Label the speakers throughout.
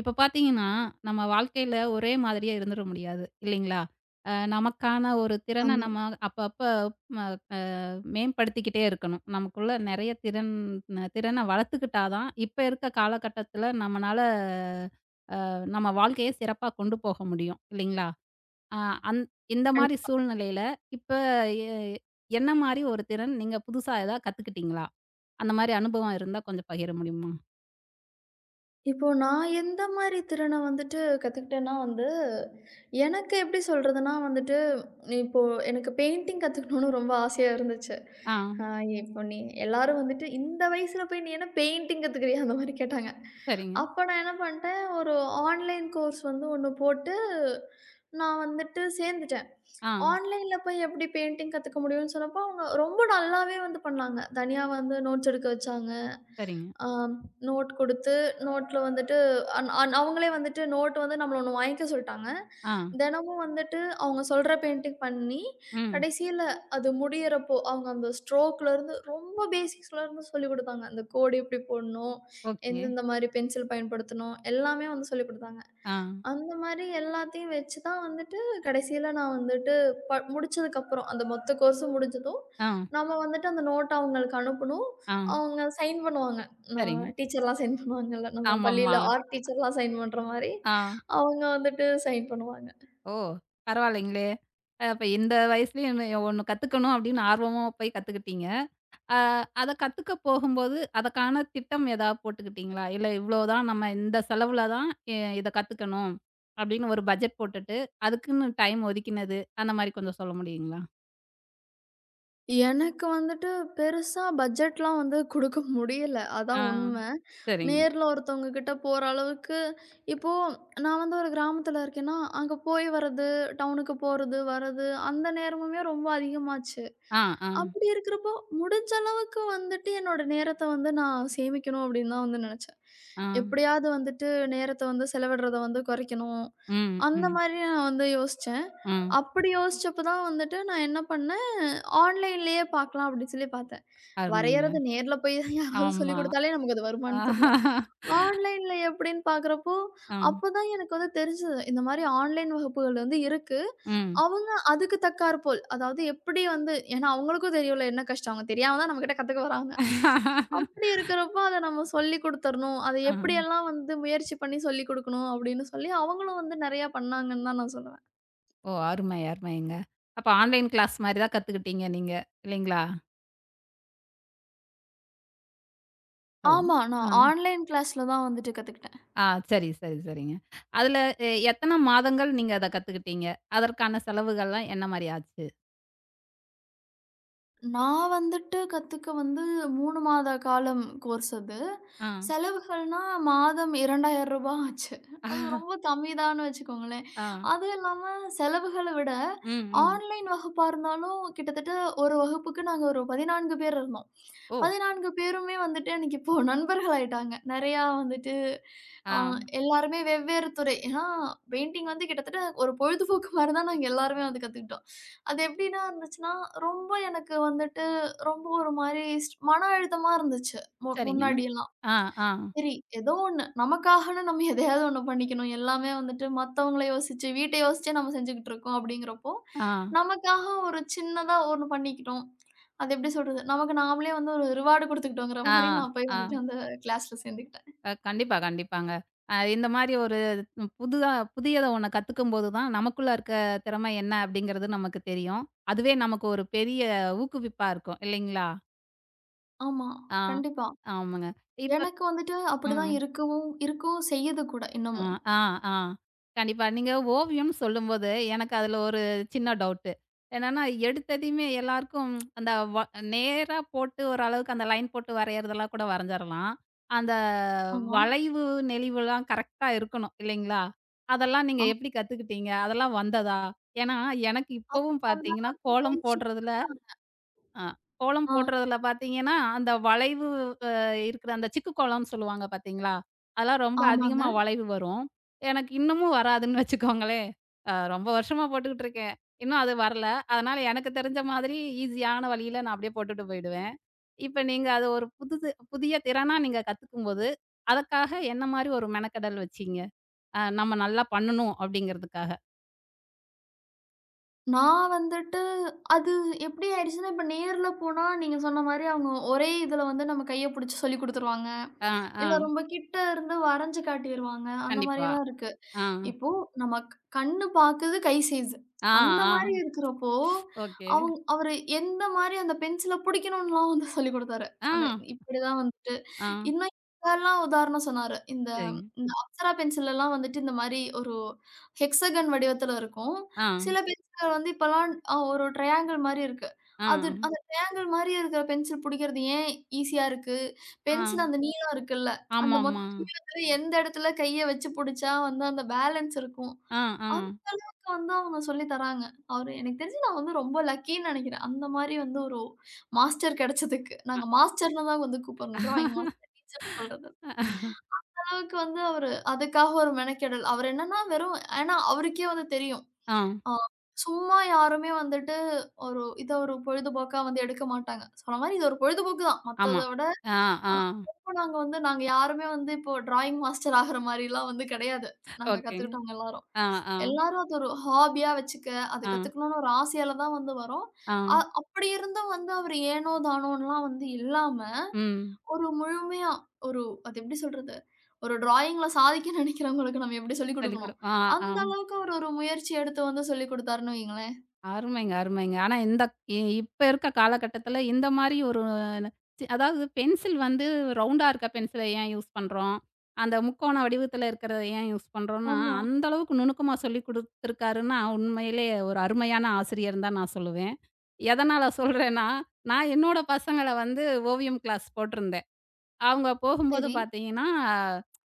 Speaker 1: இப்ப பார்த்தீங்கன்னா, நம்ம வாழ்க்கையில ஒரே மாதிரியா இருந்துற முடியாது. இல்லைங்களா? நமக்கான ஒரு திறன
Speaker 2: ஆமா.
Speaker 1: நம்ம அப்பப்ப ம மேம்படுத்திக்கிட்டே இருக்கணும். நமக்குள்ள நெறைய திறன வளர்த்துக்கிட்டா தான், இப்ப இருக்க காலகட்டத்தில நம்மனால நம்ம வாழ்க்கைய சிறப்பா கொண்டு போக முடியும். இல்லைங்களா? அ அந் இந்த
Speaker 2: கண்
Speaker 1: மாரி சூழ்நிலையில இப்ப எ என்ன மாரி ஒரு திறன் நீங்க புதுசா ஏதா கத்துக்கிட்டீங்களா? அந்த மாரி அனுபவம் இருந்தா கொஞ்சம் பகிர முடியுமா?
Speaker 2: இப்போ நான் எந்த மாரி திறன வந்துட்டு கத்துக்கிட்டேன்னா வந்து, எனக்கு எப்படி சொல்றதுன்னா வந்துட்டு, இப்போ எனக்கு பெயிண்டிங் கத்துக்கணும்னு ரொம்ப ஆசையா இருந்துச்சு.
Speaker 1: ஆ.
Speaker 2: அ இப்போ நீ எல்லாரும் வந்துட்டு, "இந்த வயசுல போய் நீ என்ன பெயிண்டிங் கத்துக்கிறியா?" அந்த மாரி கேட்டாங்க.
Speaker 1: சரிங்க.
Speaker 2: அப்ப நான் என்ன பண்ணிட்டேன், ஒரு ஆன்லைன் கோர்ஸ் வந்து ஒண்ணு போட்டு, நான் வந்துட்டு சேர்ந்துட்டேன்.
Speaker 1: ஆ.
Speaker 2: ஆன்லைன்ல போய் எப்படி பெயிண்டிங் கத்துக்க முடியும்னு சொன்னப்போ, அவங்க ரொம்ப நல்லாவே வந்து பண்ணாங்க. தனியா வந்து நோட்ஸ் எடுக்க வச்சாங்க.
Speaker 1: சரிங்க.
Speaker 2: அ நோட் குடுத்து, நோட்ல வந்துட்டு அன் அன் அவங்களே வந்துட்டு நோட் வந்து நம்மள ஒண்ணு வாங்கிக்க சொல்ட்டாங்க.
Speaker 1: ஆ.
Speaker 2: தினமும் வந்துட்டு அவங்க சொல்ற பெயிண்டிங் பண்ணி,
Speaker 1: ம்.
Speaker 2: கடைசியில அது முடியறப்போ, அவங்க அந்த ஸ்ட்ரோக்லேருந்து ரொம்ப பேசிக்ஸ்லேருந்து சொல்லிக் குடுத்தாங்க. அந்த கோடு எப்படி போடணும்,
Speaker 1: ஓகே.
Speaker 2: எந்தெந்த மாரி பென்சில் பயன்படுத்தணும், எல்லாமே வந்து சொல்லிக் குடுத்தாங்க.
Speaker 1: ஆ,
Speaker 2: அந்த மாரி எல்லாத்தையும் வச்சு தான் வந்துட்டு, கடைசியில நான் வந்துட்டு முடிச்சதுக்கப்புறம், அந்த மொத்த கோர்ஸும் முடிஞ்சதும்,
Speaker 1: ஆ,
Speaker 2: நம்ம வந்துட்டு அந்த நோட்ட அவங்களுக்கு அனுப்பணும்.
Speaker 1: ஆ.
Speaker 2: அவங்க சைன் பண்ணுவாங்க. நம்ம
Speaker 1: சரிங்க.
Speaker 2: டீச்சர்லாம் சைன் பண்ணுவாங்கல்ல. நம்ம
Speaker 1: ஆமாமா.
Speaker 2: பள்ளியில ஆர்ட் டீச்சர்லாம் சைன் பண்ற மாரி,
Speaker 1: ஆ.
Speaker 2: அவங்க வந்துட்டு சைன் பண்ணுவாங்க.
Speaker 1: ஓ! பரவாயில்லைங்களே! அப்ப இந்த வயசுலயும் ஒண்ணு கத்துக்கணும் அப்படின்னு ஆர்வமா போய் கத்துக்கிட்டீங்க. அ அத கத்துக்க போகும்போது, அதற்கான திட்டம் ஏதாவது போட்டுக்கிட்டீங்களா? இல்ல இவ்வளோதான் நம்ம இந்த செலவுல தான் இத கத்துக்கணும் அப்படின்னு ஒரு பட்ஜெட் போட்டுட்டு, அதுக்குன்னு டைம் ஒதுக்கினது, அந்த மாரி கொஞ்சம் சொல்ல முடியுங்களா?
Speaker 2: எனக்கு வந்துட்டு பெருசா பட்ஜெட்லாம் வந்து குடுக்க முடியல.
Speaker 1: ஆ,
Speaker 2: அதான் உண்ம.
Speaker 1: சரிங்க.
Speaker 2: நேர்ல ஒருத்தவங்க கிட்ட போற அளவுக்கு இப்போ நான் வந்து ஒரு கிராமத்துல இருக்கேன்னா, அங்க போய் வர்றது, டவுனுக்கு போறது, வர்றது அந்த நேரமுமே ரொம்ப அதிகமாச்சு.
Speaker 1: ஆ, ஆ,
Speaker 2: அப்படி இருக்கிறப்போ, முடிஞ்ச அளவுக்கு வந்துட்டு என்னோட நேரத்த வந்து நான் சேமிக்கணும் அப்படின்னு தான் வந்து நெனச்சேன்.
Speaker 1: ஆ.
Speaker 2: எப்படியாவது வந்துட்டு நேரத்த வந்து செலவிடுறத வந்து குறைக்கணும்.
Speaker 1: ம்,
Speaker 2: அந்த
Speaker 1: ம்,
Speaker 2: மாரி நான் வந்து யோசிச்சேன்.
Speaker 1: ம்.
Speaker 2: அப்படி யோசிச்சப்ப தான் வந்துட்டு நான் என்ன பண்ணேன், ஆன்லைன்லயே பார்க்கலாம் அப்படின்னு சொல்லி பார்த்தேன்.
Speaker 1: அருமைங்க.
Speaker 2: வரையறது நேர்ல போய் யாராவது
Speaker 1: ஆமா.
Speaker 2: சொல்லிக் குடுத்தாலே நமக்கு அது
Speaker 1: ஆ.
Speaker 2: வருமான்னு தெர்ல. ஆன்லைன்ல எப்படின்னு பார்க்குறப்போ,
Speaker 1: ம்,
Speaker 2: அப்பதான் எனக்கு வந்து தெரிஞ்சது. இந்த மாரி ஆன்லைன் வகுப்புகள் வந்து இருக்கு.
Speaker 1: ம்.
Speaker 2: அவங்க அதுக்கு தக்காற்போல், அதாவது எப்படி வந்து ஏன்னா அவங்களுக்கும் தெரியும்ல என்ன கஷ்டம். அவங்க தெரியாம தான் நம்மகிட்ட கத்துக்க வராங்க. அப்படி இருக்கிறப்போ, அத நம்ம சொல்லிக் குடுத்துறணும். அத
Speaker 1: ஆ.
Speaker 2: எப்படியெல்லாம் வந்து முயற்சி பண்ணி சொல்லிக் குடுக்கணும் அப்படின்னு சொல்லி, அவங்களும் வந்து நெறையா பண்ணாங்கன்னு தான் நான் சொல்லுவேன்.
Speaker 1: ஓ! அருமை, அருமைங்க. அப்ப ஆன்லைன் கிளாஸ் மாரி தான் கத்துக்கிட்டீங்க நீங்க. இல்லைங்களா? ஹலோ.
Speaker 2: ஆமா. நான்
Speaker 1: ஆ.
Speaker 2: ஆன்லைன் கிளாஸ்ல தான் வந்துட்டு கத்துக்கிட்டேன்.
Speaker 1: ஆ, சரி, சரி, சரிங்க. அதுல எத்தன மாதங்கள் நீங்க அத கத்துக்கிட்டீங்க? அதற்கான செலவுகள்லாம் என்ன மாரி ஆச்சு?
Speaker 2: நான் வந்துட்டு கத்துக்க வந்து 3 மாத காலம் கோர்ஸ் அது.
Speaker 1: ஆ.
Speaker 2: செலவுகள்னா மாதம் ரூ. 2000 ஆச்சு. அது ரொம்ப கம்மிதான்னு வச்சுக்கோங்களேன்.
Speaker 1: ஆ.
Speaker 2: அதுவும் இல்லாம செலவுகள விட
Speaker 1: ம், ம்.
Speaker 2: ஆன்லைன் வகுப்பா இருந்தாலும் கிட்டத்தட்ட ஒரு வகுப்புக்கு நாங்க ஒரு 14 பேர் இருந்தோம்.
Speaker 1: ஓ!
Speaker 2: 14 பேருமே வந்துட்டு எனக்கு இப்போ நண்பர்கள் ஆயிட்டாங்க. நெறையா வந்துட்டு
Speaker 1: ஆ.
Speaker 2: அ எல்லாருமே வெவ்வேறு துறை. ஏன்னா பெயிண்டிங் வந்து கிட்டத்தட்ட ஒரு பொழுதுபோக்கு மாரி தான் நாங்க எல்லாருமே வந்து கத்துக்கிட்டோம். அது எப்படின்னா இருந்துச்சுன்னா, ரொம்ப எனக்கு வந்துட்டு ரொம்ப ஒரு மாரி மன அழுத்தமா இருந்துச்சு.
Speaker 1: சரிங்க.
Speaker 2: முன்னாடியெல்லாம்.
Speaker 1: ஆ, ஆ,
Speaker 2: சரி, ஏதோ ஒண்ணு. நமக்காகன்னு நம்ம எதையாவது ஒண்ணு பண்ணிக்கணும். எல்லாமே வந்துட்டு மத்தவங்கள யோசிச்சு, வீட்ட யோசிச்சே நம்ம செஞ்சுகிட்டு இருக்கோம் அப்படிங்கிறப்போ,
Speaker 1: ஆ,
Speaker 2: நமக்காக ஒரு சின்னதா ஒண்ணு பண்ணிக்கிட்டோம். அது எப்படி சொல்றது? நமக்கு நாமளே வந்து ஒரு ரிவார்டு குடுத்துக்கிட்டோங்கிற
Speaker 1: ஆ,
Speaker 2: மாரி நான் போய்
Speaker 1: ஆ.
Speaker 2: வந்துட்டு அந்த கிளாஸ்ல சேர்ந்துக்கிட்டேன்.
Speaker 1: கண்டிப்பா, கண்டிப்பாங்க. இந்த மாரி ஒரு புதுதா புதியத ஒண்ண கத்துக்கும்போது தான், நமக்குள்ள இருக்க திறமை என்ன அப்படிங்கிறது நமக்கு தெரியும். அதுவே நமக்கு ஒரு பெரிய ஊக்குவிப்பா இருக்கும் இல்லைங்களா?
Speaker 2: ஆமா,
Speaker 1: ஆ.
Speaker 2: கண்டிப்பா.
Speaker 1: ஆமாங்க. இப்ப
Speaker 2: எனக்கு வந்துட்டு
Speaker 1: ம்.
Speaker 2: அப்படிதான் இருக்கவும் இருக்கவும் செய்யுது கூட
Speaker 1: ஆ,
Speaker 2: இன்னமும்.
Speaker 1: ஆ, ஆ. கண்டிப்பா. நீங்க ஓவியம்னு சொல்லும்போது, எனக்கு அதுல ஒரு சின்ன டவுட்டு. என்னன்னா, எடுத்ததையுமே எல்லாருக்கும் அந்த வ நேரா போட்டு ஓரளவுக்கு அந்த லைன் போட்டு வரையறதெல்லாம் கூட வரைஞ்சரலாம். அந்த
Speaker 2: ஆமா.
Speaker 1: வளைவு, நெளிவுலாம் கரெக்ட்டா இருக்கணும், இல்லைங்களா? அதெல்லாம் நீங்க
Speaker 2: ஆ.
Speaker 1: எப்படி கத்துக்கிட்டீங்க? அதெல்லாம் வந்ததா? ஏன்னா, எனக்கு இப்பவும்
Speaker 2: அப்ப அந்த
Speaker 1: பார்த்தீங்கன்னா,
Speaker 2: அளவுக்கு
Speaker 1: கோலம்
Speaker 2: பயிற்சி
Speaker 1: போடுறதுல ஆ. கோலம்
Speaker 2: ஆ,
Speaker 1: போடுறதுல பார்த்தீங்கன்னா, அந்த வளைவு அ இருக்கிற அந்த சிக்கு கோலம்னு சொல்லுவாங்க பார்த்தீங்களா? அதெல்லாம் ரொம்ப
Speaker 2: ஆமாங்க.
Speaker 1: அதிகமா வளைவு வரும். எனக்கு இன்னமும் வராதுன்னு வச்சுக்கோங்களேன். ரொம்ப வருஷமா போட்டுக்கிட்டு இருக்கேன். இன்னும் அது வரல. அதனால எனக்கு தெரிஞ்ச மாதிரி ஈஸியான வழியில நான் அப்படியே போட்டுட்டு போயிடுவேன். இப்ப நீங்க அது ஒரு புதிய திறனா நீங்க கத்துக்கும்போது, அதற்காக என்ன மாரி ஒரு மெனக்கெடல் வச்சீங்க? நம்ம நல்லா பண்ணணும் அப்படிங்கிறதுக்காக.
Speaker 2: நான் வந்துட்டு அது எப்படி ஆயிடுச்சுன்னா, இப்ப நேர்ல போனா நீங்க சொன்ன மாரி அவங்க ஒரே இதுல வந்து நம்ம கைய புடிச்சு சொல்லிக் குடுத்துருவாங்க.
Speaker 1: ஆ, ஆ.
Speaker 2: இல்ல ரொம்ப கிட்ட இருந்து வரைஞ்சு காட்டிருவாங்க. அந்த
Speaker 1: கண்டிப்பா.
Speaker 2: மாரியெல்லாம் இருக்கு.
Speaker 1: ஆ.
Speaker 2: இப்போ நம்ம கண்ணு பாக்குது, கை செய்யுது.
Speaker 1: ஆ,
Speaker 2: அந்த மாரி
Speaker 1: ஆ.
Speaker 2: இருக்கிறப்போ,
Speaker 1: ஓகே.
Speaker 2: அவரு எந்த மாரி அந்த பென்சில புடிக்கணும்லாம் வந்து சொல்லிக் குடுத்தாரு.
Speaker 1: ஆ,
Speaker 2: அந்த இப்படிதான் வந்துட்டு
Speaker 1: ஆ.
Speaker 2: இன்னும் இதெல்லாம் உதாரணம் சொன்னாரு. இந்த
Speaker 1: சரிங்க.
Speaker 2: இந்த அப்சரா பென்சிலெல்லாம் வந்துட்டு இந்த மாரி ஒரு ஹெக்ஸாகன் வடிவத்துல இருக்கும்.
Speaker 1: ஆ,
Speaker 2: சில பென்சில்கள் வந்து இப்பலாம் ஒரு ட்ரையாங்கிள் மாரி இருக்கு.
Speaker 1: ஆ,
Speaker 2: அது அந்த ட்ரையாங்கிள் மாரி இருக்கிற பென்சில் புடிக்கிறது ஏன் ஈஸியா இருக்கு?
Speaker 1: ஆ.
Speaker 2: பென்சில் அந்த நீளம் இருக்குல்ல, அந்த
Speaker 1: ஆமாமா.
Speaker 2: மொத்த எந்த இடத்துல கைய வச்சு புடிச்சா வந்து அந்த பேலன்ஸ் இருக்கும்.
Speaker 1: ஆ, ஆ.
Speaker 2: அதுக்கு வந்து அவங்க சொல்லி தராங்க. அவரு எனக்கு தெரிஞ்சு நான் வந்து ரொம்ப லக்கின்னு நெனைக்கிறேன். அந்த மாரி வந்து ஒரு மாஸ்டர் கெடைச்சதுக்கு.
Speaker 1: அ
Speaker 2: நாங்க மாஸ்டர்ன்னு தான் வந்து கூப்பிடுறோம். டிராயிங் மாஸ்டர், டீச்சர்ன்னு சொல்றது. அந்த அளவுக்கு வந்து அவரு அதுக்காக ஒரு மெனக்கெடல். அவரு என்னன்னா வெறும் ஏன்னா அவருக்கே வந்து தெரியும்.
Speaker 1: ஆ,
Speaker 2: ஆ சும்மா யாருமே வந்துட்டு ஒரு இத ஒரு பொழுதுபோக்கா வந்து எடுக்க மாட்டாங்க. சொன்ன மாரி இது ஒரு பொழுதுபோக்கு தான். மத்தத
Speaker 1: ஆமா.
Speaker 2: விட
Speaker 1: ஆ, ஆ.
Speaker 2: ஆ அப்போ நாங்க வந்து நாங்க யாருமே வந்து இப்போ டிராயிங் மாஸ்டர் ஆகுற மாரிலாம் வந்து கிடையாது. நாங்க
Speaker 1: ஓகேங்க.
Speaker 2: கத்துக்கிட்டவங்க எல்லாரும்.
Speaker 1: ஆ, ஆ,
Speaker 2: எல்லாரும் அது ஒரு ஹாபியா வச்சுக்க, அத
Speaker 1: ஆ,
Speaker 2: கத்துக்கணும்னு ஒரு ஆசையால தான் வந்து வரோம்.
Speaker 1: ஆ.
Speaker 2: அப்படி இருந்தும் வந்து அவரு ஏனோ தானோன்லாம் வந்து இல்லாம,
Speaker 1: ம்.
Speaker 2: ஒரு முழுமையா ஒரு அது எப்படி சொல்றது? ஒரு டிராயிங்ல சாதிக்க நினைக்கிறவங்களுக்கு நம்ம எப்படி சொல்லிக்
Speaker 1: சொல்லிக் குடு
Speaker 2: குடுக்கணும்?
Speaker 1: ஆ, ஆ.
Speaker 2: அந்த அளவுக்கு அவரு ஒரு முயற்சி எடுத்து வந்து சொல்லிக் குடுத்தாருன்னு வையுங்களேன்.
Speaker 1: அருமைங்க, அருமைங்க. ஆனா இந்த இ இப்ப இருக்க காலகட்டத்தில இந்த மாரி ஒரு அதாவது பென்சில் வந்து ரவுண்டா இருக்க பென்சில ஏன் யூஸ் பண்றோம்? அந்த முக்கோண வடிவத்தில இருக்கிறத ஏன் யூஸ் பண்றோம்னா,
Speaker 2: ஆமா.
Speaker 1: அந்த அளவுக்கு நுணுக்கமா சொல்லிக் குடுத்துருக்காருன்னா, உண்மையிலேயே ஒரு அருமையான ஆசிரியர்ன்னு தான் நான் சொல்லுவேன். எதனால சொல்றேன்னா, நான் என்னோட பசங்கள வந்து ஓவியம் கிளாஸ் போட்டிருந்தேன். அவங்க போகும்போது
Speaker 2: சரி.
Speaker 1: பார்த்தீங்கன்னா,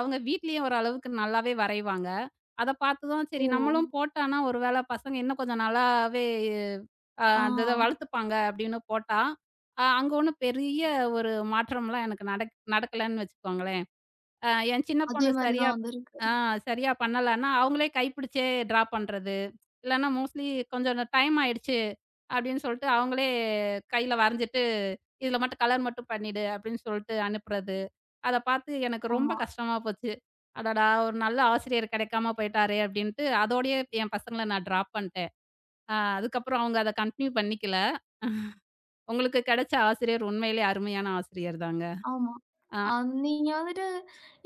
Speaker 1: அவங்க வீட்லயும் ஓரளவுக்கு நல்லாவே வரைவாங்க. அத பார்த்துதான்
Speaker 2: ஓ!
Speaker 1: சரி நம்மளும் போட்டான்னா, ஒரு வேள பசங்க இன்னும் கொஞ்சம் நல்லாவே
Speaker 2: ஆ.
Speaker 1: அந்த இத வளர்த்துப்பாங்க அப்படின்னு போட்டா, அங்க ஒண்ணும் பெரிய ஒரு மாற்றம்லாம் எனக்கு நடக்கலன்னு வச்சுக்கோங்களேன். என் சின்ன
Speaker 2: அதே
Speaker 1: பொண்ணு
Speaker 2: மாரி
Speaker 1: சரியா
Speaker 2: தான் வந்திருக்கு.
Speaker 1: ஆ சரியா பண்ணலன்னா, அவங்களே கைப்பிடிச்சே ட்ரா பண்றது. இல்லன்னா மோஸ்ட்லி கொஞ்சம் டைம் ஆயிடுச்சு அப்படின்னு சொல்லிட்டு, அவங்களே கையில வரைஞ்சிட்டு, "இதுல மட்டும் கலர் மட்டும் பண்ணிடு" அப்படின்னு சொல்லிட்டு அனுப்புறது. அத பார்த்து எனக்கு ரொம்ப
Speaker 2: ஆமா.
Speaker 1: கஷ்டமா போச்சு. அடடா! ஒரு நல்ல ஆசிரியர் கிடைக்காம போயிட்டாரே! அப்டின்ட்டு அதோடயே என் பசங்கள நான் ட்ராப் பண்ட்டேன். அதுக்கப்புறம் அவங்க அத கன்டின்யூ பண்ணிக்கல. உங்களுக்கு கிடைச்ச ஆசிரியர் உண்மையிலேயே அருமையான ஆசிரியர் தாங்க.
Speaker 2: ஆமா.
Speaker 1: அ,
Speaker 2: அ நீங்க வந்துட்டு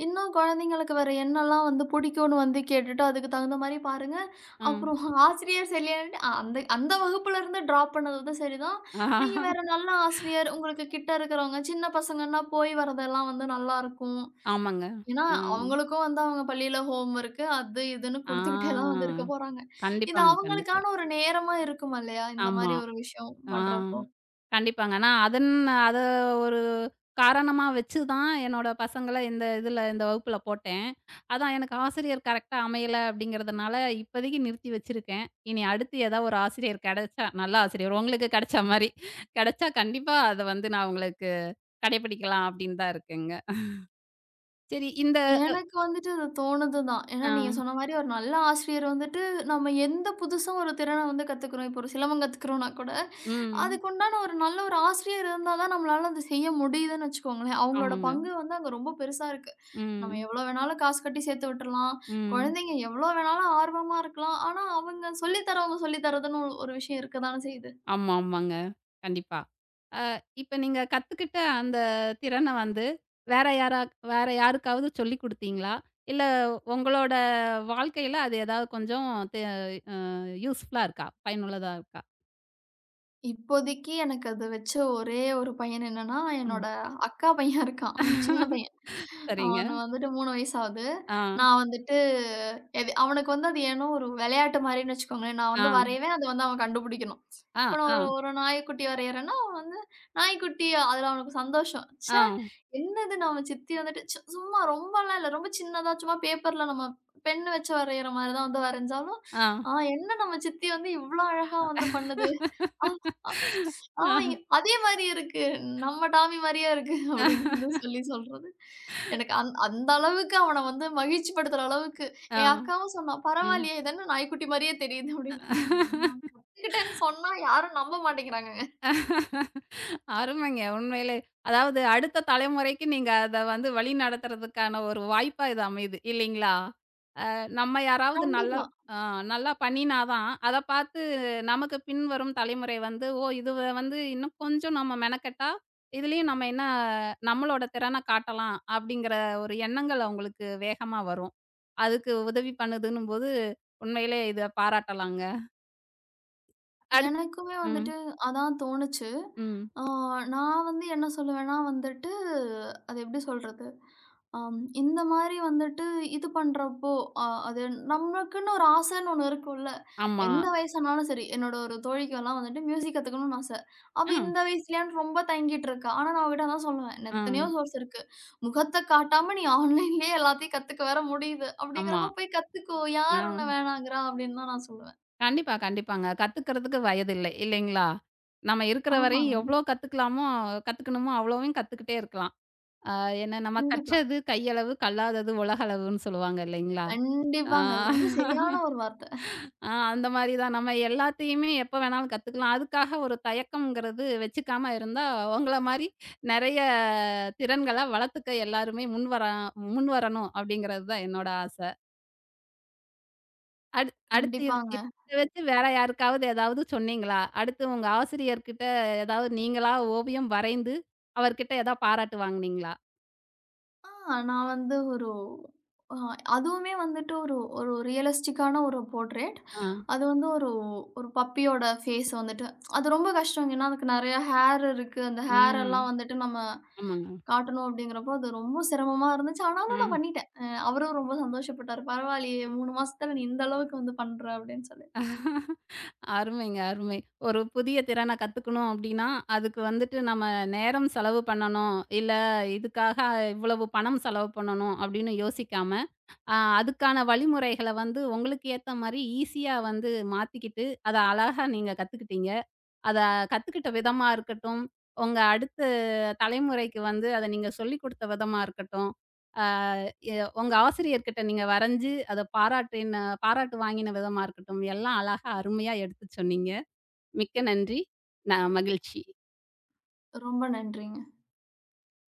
Speaker 2: இன்னும் குழந்தைங்களுக்கு வேற என்னலாம் வந்து பிடிக்கும்னு வந்து கேட்டுட்டு, அதுக்கு தகுந்த மாரி பாருங்க.
Speaker 1: ம்.
Speaker 2: அப்புறம் ஆசிரியர் சரியில்லன்ட்டு அந்த அந்த வகுப்புல இருந்து ட்ராப் பண்ணது வந்து சரிதான். நீங்க வேற நல்ல ஆசிரியர், உங்களுக்கு கிட்ட இருக்கிறவங்க, சின்ன பசங்கன்னா போய் வரதெல்லாம் வந்து நல்லாருக்கும்.
Speaker 1: ஆமாங்க.
Speaker 2: ஏன்னா,
Speaker 1: ம்.
Speaker 2: அவங்களுக்கும் வந்து அவங்க பள்ளியில ஹோம் ஒர்க்கு அது இதுன்னு குடுத்துக்கிட்டே தான்
Speaker 1: ஆ.
Speaker 2: வந்து இருக்க போறாங்க. இது
Speaker 1: கண்டிப்பாங்க, கண்டிப்பா.
Speaker 2: அவங்களுக்கான ஒரு நேரமா இருக்கும் இல்லையா? இந்த
Speaker 1: ஆமா.
Speaker 2: மாரி ஒரு விஷயம்
Speaker 1: ஆ.
Speaker 2: பண்றப்போ.
Speaker 1: கண்டிப்பாங்க. நான் அத ஒரு காரணமா வச்சு தான் என்னோட பசங்கள இந்த இந்த வகுப்புல போட்டேன். அதான் எனக்கு ஆசிரியர் கரெக்ட்டா அமையல அப்படிங்கிறதுனால, இப்போதைக்கு நிறுத்தி வச்சிருக்கேன். இனி அடுத்து ஏதா ஒரு ஆசிரியர் கிடைச்சா, நல்ல ஆசிரியர் உங்களுக்கு கிடைச்ச மாரி கிடைச்சா கண்டிப்பா அத வந்து நான் உங்களுக்கு கடைபிடிக்கலாம் அப்படின்னு தான் இருக்கேங்க. சரி இந்த
Speaker 2: எனக்கு வந்துட்டு அது தோணுது தான். ஏன்னா,
Speaker 1: அ
Speaker 2: நீங்க சொன்ன மாரி ஒரு நல்ல ஆசிரியர் வந்துட்டு, நம்ம எந்த புதுசா ஒரு திறன வந்து கத்துக்கிறோம். இப்போ ஒரு சிலம்பம் கத்துக்கிறோம்னா கூட,
Speaker 1: ம்.
Speaker 2: அதுக்கு உண்டான ஒரு நல்ல ஒரு ஆசிரியர் இருந்தா தான் நம்மளால அத செய்ய முடியுதுன்னு வச்சுக்கோங்களேன். அவங்களோட
Speaker 1: ஆமாங்க.
Speaker 2: பங்கு வந்து அங்க ரொம்ப பெருசா இருக்கு. நம்ம
Speaker 1: ம்.
Speaker 2: எவ்வளோ வேணாலும் காசு கட்டி சேர்த்து விட்டுறலாம்.
Speaker 1: ம்.
Speaker 2: குழந்தைங்க எவ்வளோ வேணாலும் ஆர்வமா இருக்கலாம். ஆனா, அவங்க சொல்லி தரவங்க சொல்லி தரதுன்னு ஒரு ஒரு விஷயம் இருக்க தானே செய்யுது.
Speaker 1: ஆமா, ஆமாங்க. கண்டிப்பா. அ இப்ப நீங்க கத்துக்கிட்ட அந்த திறன வந்து, வேற யாரா வேற யாருக்காவது சொல்லிக் குடுத்தீங்களா? இல்ல உங்களோட வாழ்க்கையில அது ஏதாவது கொஞ்சம் தெ யூஸ்ஃபுல்லா இருக்கா? பயனுள்ளதா இருக்கா?
Speaker 2: இப்போதைக்கு எனக்கு அத வச்ச ஒரே ஒரு பையன் என்னன்னா,
Speaker 1: ம்.
Speaker 2: என்னோட அக்கா பையன் இருக்கான். அவன் சின்ன பையன்.
Speaker 1: சரிங்க.
Speaker 2: அவன் வந்துட்டு 3 வயசு ஆகுது.
Speaker 1: ஆ,
Speaker 2: நான் வந்துட்டு எது அவனுக்கு வந்து அது ஏனோ ஒரு விளையாட்டு மாரின்னு வச்சுக்கோங்களேன். நான்
Speaker 1: ஆ,
Speaker 2: வந்து வரைவேன். அத வந்து அவன் கண்டுபிடிக்கணும்.
Speaker 1: ஆ,
Speaker 2: இப்ப நான்
Speaker 1: ஆ,
Speaker 2: ஒரு ஒரு நாய்க்குட்டி வரையறேன்னா, அவன் வந்து நாய்க்குட்டி அதுல அவனுக்கு சந்தோஷம்.
Speaker 1: ஆ,
Speaker 2: ச்சே! என்னது நம்ம சித்தி வந்துட்டு சும்மா ரொம்பலாம் இல்ல. ரொம்ப சின்னதா சும்மா பேப்பர்ல நம்ம பென் வச்சு வரையற மாரி தான் வந்து வரைஞ்சாலும்,
Speaker 1: ஆ.
Speaker 2: ஆ என்ன நம்ம சித்தி வந்து இவ்ளோ அழகா வந்து பண்ணுது. ஆ அ ஆ
Speaker 1: ஆ,
Speaker 2: அதே மாரி இருக்கு. நம்ம டாமி மாரியே இருக்கு அப்படின்னு வந்து சொல்லி சொல்றது. எனக்கு அந்த அளவுக்கு அவன வந்து மகிழ்ச்சி படுத்துற அளவுக்கு
Speaker 1: ஆ,
Speaker 2: என் அக்காவும் சொன்னா,
Speaker 1: ம்.
Speaker 2: "பரவாயில்லையே! இது என்ன நாய்க்குட்டி மாரியே தெரியுது" அப்படின்னு. நான் நான் கத்துக்கிட்டேன்னு சொன்னா யாரும் நம்ப மாட்டேங்கிறாங்கங்க.
Speaker 1: அருமைங்க. உண்மையிலே. அதாவது அடுத்த தலைமுறைக்கு நீங்க அத வந்து வழி நடத்துறதுக்கான ஒரு வாய்ப்பா இது அமையுது. இல்லீங்களா? நம்ம யாராவது நல்லா
Speaker 2: கண்டிப்பா.
Speaker 1: ஆ நல்லா பண்ணினா தான், அத பார்த்து நமக்கு பின்வரும் தலைமுறை வந்து, ஓ! இதுவ வந்து இன்னும் கொஞ்சம் நம்ம மெனக்கெட்டா, இதுலயும் நம்ம என்ன நம்மளோட திறன காட்டலாம் அப்படிங்கிற ஒரு எண்ணங்கள் அவங்களுக்கு வேகமா வரும். அதுக்கு உதவி பண்ணுதுன்னும்போது, உண்மையிலே இத பாராட்டலாங்க. அடுத்
Speaker 2: எனக்குமே
Speaker 1: ம்,
Speaker 2: வந்துட்டு அதான் தோணுச்சு.
Speaker 1: ம்.
Speaker 2: ஆ நான் வந்து என்ன சொல்லுவேன்னா வந்துட்டு, அது எப்படி சொல்றது? ஆம். இந்த மாரி வந்துட்டு இது பண்றப்போ, அ அது நமக்குன்னு ஒரு ஆசைன்னு ஒண்ணு இருக்கும்ல.
Speaker 1: ஆமா.
Speaker 2: எந்த வயசானாலும் சரி, என்னோட ஒரு தோழிக்கெல்லாம் வந்துட்டு மியூசிக் கத்துக்கணும்னு ஆசை. அவ
Speaker 1: ம்,
Speaker 2: இந்த வயசுலயான்னு ரொம்ப தயங்கிட்டு இருக்கா. ஆனா நான் அவகிட்ட அதான் சொல்லுவேன். "இன்னும் எத்தனையோ
Speaker 1: ம்.
Speaker 2: சோர்ஸ் இருக்கு. முகத்த காட்டாம நீ ஆன்லைன்லயே எல்லாத்தையும் கத்துக்க வேற முடியுது.
Speaker 1: ஆமா.
Speaker 2: அப்படிங்கிறப்ப போய் கத்துக்கோ.
Speaker 1: ஆ.
Speaker 2: யார் உன்ன வேணாங்குறா?" அப்படின்னு தான் நான் சொல்லுவேன்.
Speaker 1: கண்டிப்பா, கண்டிப்பாங்க. கத்துக்கிறதுக்கு வயதில்லை, இல்லைங்களா? நம்ம இருக்கிற வரையும்
Speaker 2: ஆமாங்க.
Speaker 1: எவ்வளோ கத்துக்கலாமோ கத்துக்கணுமோ அவ்வளவும் கத்துக்கிட்டே இருக்கலாம். ஆ ஏன்னா நம்ம
Speaker 2: கண்டிப்பா.
Speaker 1: கற்றது கையளவு, கல்லாதது உலகளவுன்னு சொல்லுவாங்க இல்லைங்களா? ஆ
Speaker 2: கண்டிப்பாங்க. அது ரொம்ப சரியான ஒரு வார்த்தை.
Speaker 1: ஆ அந்த மாரி தான். நம்ம எல்லாத்தையுமே எப்ப வேணாலும் கத்துக்கலாம். அதுக்காக ஒரு தயக்கம்ங்கிறது வச்சுக்காம இருந்தா, உங்கள மாரி நெறைய திறன்கள வளர்த்துக்க எல்லாருமே முன்வரணும் அப்படிங்கிறது தான் என்னோட ஆச. அடு அடுத்து
Speaker 2: கண்டிப்பாங்க.
Speaker 1: இத வச்சு வேற யாருக்காவது ஏதாவது சொன்னீங்களா? அடுத்து உங்க ஆசிரியர்கிட்ட ஏதாவது நீங்களா ஓவியம் வரைந்து, அவர்கிட்ட ஏதாவது பாராட்டு வாங்குனீங்களா?
Speaker 2: ஆ நான் வந்து ஒரு அ அதுவுமே வந்துட்டு ஒரு ஒரு ரியலிஸ்டிக்கான ஒரு போர்ட்ரேட்.
Speaker 1: ஆ.
Speaker 2: அது வந்து ஒரு ஒரு பப்பியோட ஃபேஸ் வந்துட்டு அது ரொம்ப கஷ்டங்க. ஏன்னா அதுக்கு நெறையா ஹேர் இருக்கு. அந்த ஹேர் எல்லாம்
Speaker 1: ம்.
Speaker 2: வந்துட்டு நம்ம
Speaker 1: ஆமாங்க.
Speaker 2: காட்டணும் அப்டிங்கிறப்போ, அது ரொம்ப சிரமமா இருந்துச்சு. ஆனாலும் நான்
Speaker 1: ம்.
Speaker 2: பண்ணிட்டேன். அவரும் ரொம்ப சந்தோஷப்பட்டாரு. "பரவாயில்லையே 3 மாசத்துல நீ இந்த அளவுக்கு வந்து பண்ற" அப்டின்னு சொல்லி.
Speaker 1: அருமைங்க, அருமை. ஒரு புதிய திறன கத்துக்கணும் அப்டின்னா, அதுக்கு வந்துட்டு நம்ம நேரம் செலவு பண்ணணும், இல்ல இதுக்காக இவ்வளவு பணம் செலவு பண்ணணும் அப்டின்னு யோசிக்காம, அதுக்கான வழிமுறைகள வந்து உங்களுக்கு ஏத்த மாரி ஈஸியா வந்து மாத்திக்கிட்டு, அத அழகா நீங்க கத்துக்கிட்டீங்க. அத கத்துக்கிட்ட விதமா இருக்கட்டும், உங்க அடுத்த தலைமுறைக்கு வந்து அத நீங்க சொல்லிக் குடுத்த விதமா இருக்கட்டும், அ எ உங்க ஆசிரியர்கிட்ட நீங்க வரைஞ்சு அத பாராட்டு வாங்கின விதமா இருக்கட்டும், எல்லாம் அழகா அருமையா எடுத்துச் சொன்னீங்க. மிக்க நன்றி. நான் மகிழ்ச்சி.
Speaker 2: ரொம்ப நன்றிங்க.